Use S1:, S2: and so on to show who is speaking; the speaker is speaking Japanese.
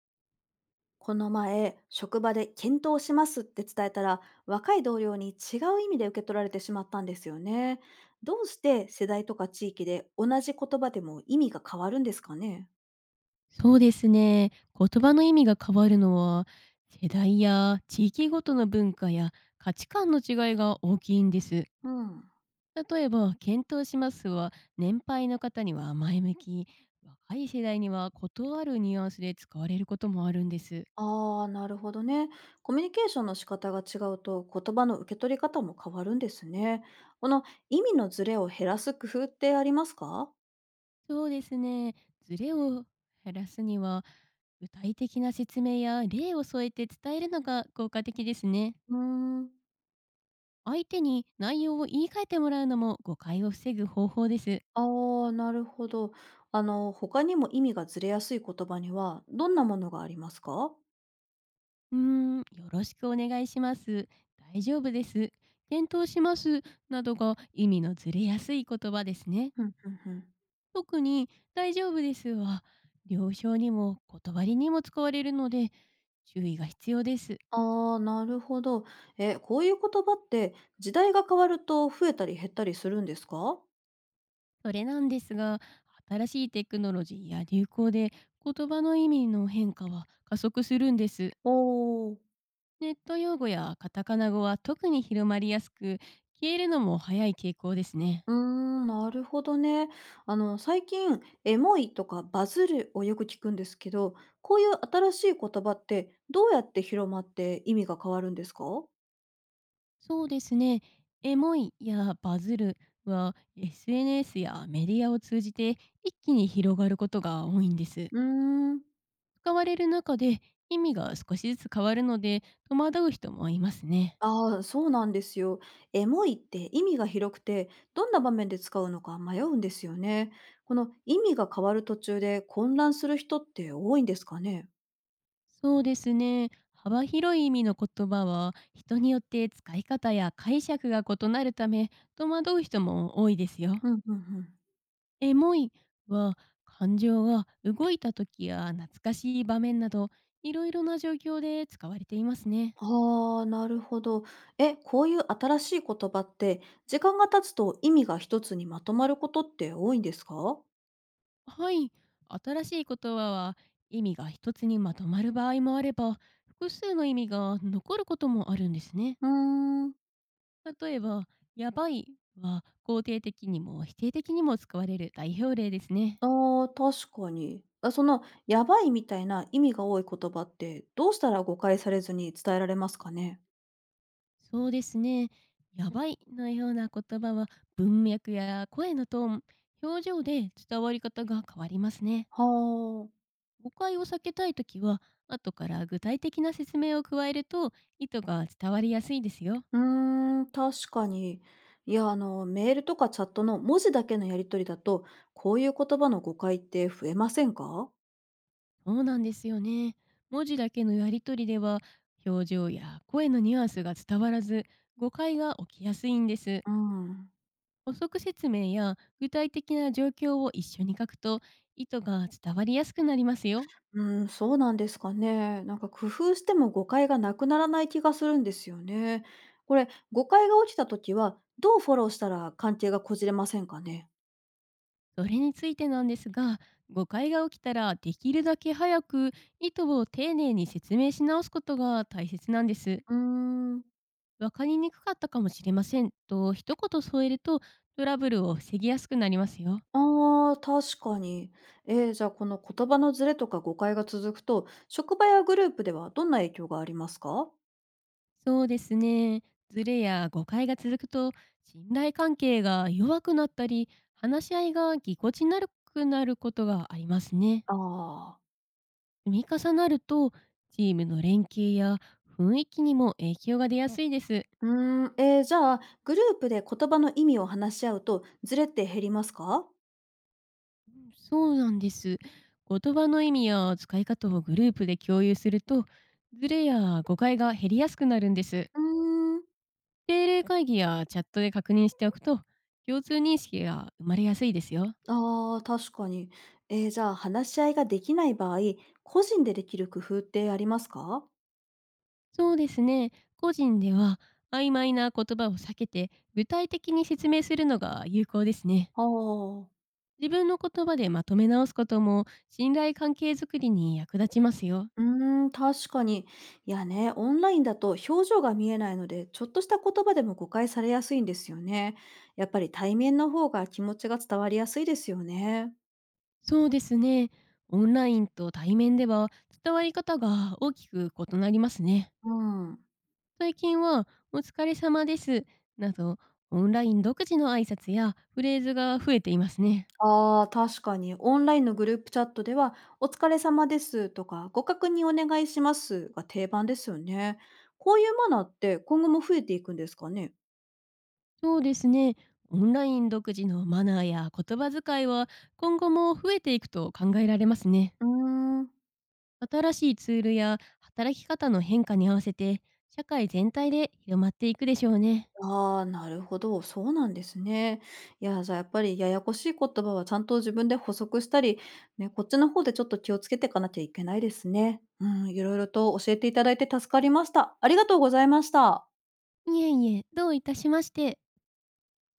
S1: この前、職場で検討しますって伝えたら、若い同僚に違う意味で受け取られてしまったんですよね。どうして世代とか地域で同じ言葉でも意味が変わるんですかね。
S2: そうですね。言葉の意味が変わるのは、世代や地域ごとの文化や価値観の違いが大きいんです。
S1: うん、
S2: 例えば、検討しますは、年配の方には前向き、若い世代には異あるニュアンスで使われることもあるんです。
S1: ああー、なるほどね。コミュニケーションの仕方が違うと言葉の受け取り方も変わるんですね。この意味のズレを減らす工夫ってありますか？
S2: そうですね。ズレを減らすには、具体的な説明や例を添えて伝えるのが効果的ですね。
S1: うーん。
S2: 相手に内容を言い換えてもらうのも誤解を防ぐ方法です。
S1: ああ、なるほど。あの、他にも意味がずれやすい言葉にはどんなものがありますか？
S2: よろしくお願いします。大丈夫です。検討します。などが意味のずれやすい言葉ですね。
S1: ふんふんふん。
S2: 特に大丈夫ですは、了承にも断りにも使われるので注意が必要です。
S1: ああ、なるほど。え、こういう言葉って時代が変わると増えたり減ったりするんですか？
S2: それなんですが、新しいテクノロジーや流行で言葉の意味の変化は加速するんです。
S1: おお。
S2: ネット用語やカタカナ語は特に広まりやすく、消えるのも早い傾向ですね。
S1: うーん、なるほどね。あの、最近エモいとかバズるをよく聞くんですけど、こういう新しい言葉ってどうやって広まって意味が変わるんですか？
S2: そうですね。エモいやバズるは、 SNS やメディアを通じて一気に広がることが多いんです。
S1: うーん。
S2: 使われる中で意味が少しずつ変わるので、戸惑う人もいますね。
S1: ああ、そうなんですよ。エモいって意味が広くて、どんな場面で使うのか迷うんですよね。この意味が変わる途中で混乱する人って多いんですかね。
S2: そうですね。幅広い意味の言葉は、人によって使い方や解釈が異なるため、戸惑う人も多いですよ。
S1: うんうんうん。
S2: エモいは、感情が動いた時や懐かしい場面など、いろいろな状況で使われていますね。
S1: ああ、なるほど。え、こういう新しい言葉って、時間が経つと意味が一つにまとまることって多いんですか？
S2: はい、新しい言葉は、意味が一つにまとまる場合もあれば、複数の意味が残ることもあるんですね。
S1: うーん。
S2: 例えば、やばいは肯定的にも否定的にも使われる代表例ですね。
S1: ああ、確かに。あ、その、やばいみたいな意味が多い言葉って、どうしたら誤解されずに伝えられますかね。
S2: そうですね。やばいのような言葉は、文脈や声のトーン、表情で伝わり方が変わりますね。
S1: はあ。
S2: 誤解を避けたいときは、後から具体的な説明を加えると意図が伝わりやすいですよ。
S1: うーん、確かに。いや、あの、メールとかチャットの文字だけのやり取りだと、こういう言葉の誤解って増えませんか？
S2: そうなんですよね。文字だけのやり取りでは、表情や声のニュアンスが伝わらず、誤解が起きやすいんです。
S1: うん。
S2: 補足説明や具体的な状況を一緒に書くと、意図が伝わりやすくなりますよ。
S1: うん、そうなんですかね。なんか工夫しても誤解がなくならない気がするんですよね。これ、誤解が起きたときは、どうフォローしたら関係がこじれませんかね。
S2: それについてなんですが、誤解が起きたら、できるだけ早く意図を丁寧に説明し直すことが大切なんです。
S1: うーん。
S2: わかりにくかったかもしれませんと一言添えると、トラブルを防ぎやすくなりますよ。
S1: ああ、確かに。えー、じゃあこの言葉のズレとか誤解が続くと、職場やグループではどんな影響がありますか？
S2: そうですね。ズレや誤解が続くと、信頼関係が弱くなったり、話し合いがぎこちなくなることがありますね。
S1: ああー。
S2: 積み重なると、チームの連携や雰囲気にも影響が出やすいです。
S1: うーん、えー、じゃあ、グループで言葉の意味を話し合うと、ズレって減りますか？
S2: そうなんです。言葉の意味や使い方をグループで共有すると、ズレや誤解が減りやすくなるんです。
S1: うーん、
S2: 定例会議やチャットで確認しておくと、共通認識が生まれやすいですよ。
S1: あー確かに。えー、じゃあ、話し合いができない場合、個人でできる工夫ってありますか？
S2: そうですね。個人では、曖昧な言葉を避けて具体的に説明するのが有効ですね。
S1: ああー、
S2: 自分の言葉でまとめ直すことも信頼関係づくりに役立ちますよ。
S1: うーん、確かに。いやね、オンラインだと表情が見えないので、ちょっとした言葉でも誤解されやすいんですよね。やっぱり対面の方が気持ちが伝わりやすいですよね。
S2: そうですね。オンラインと対面では、伝わり方が大きく異なりますね。
S1: うん。
S2: 最近はお疲れ様ですなど、オンライン独自の挨拶やフレーズが増えていますね。
S1: ああ、確かに。オンラインのグループチャットでは、お疲れ様ですとか、ご確認お願いしますが定番ですよね。こういうマナーって今後も増えていくんですかね。
S2: そうですね。オンライン独自のマナーや言葉遣いは、今後も増えていくと考えられますね。
S1: うーん、
S2: 新しいツールや働き方の変化に合わせて、社会全体で広まっていくでしょうね。
S1: ああー、なるほど。そうなんですね。いや、じゃあやっぱりややこしい言葉はちゃんと自分で補足したり、ね、こっちの方でちょっと気をつけていかなきゃいけないですね。うん、いろいろと教えていただいて助かりました。ありがとうございました。
S2: いえいえ、どういたしまして。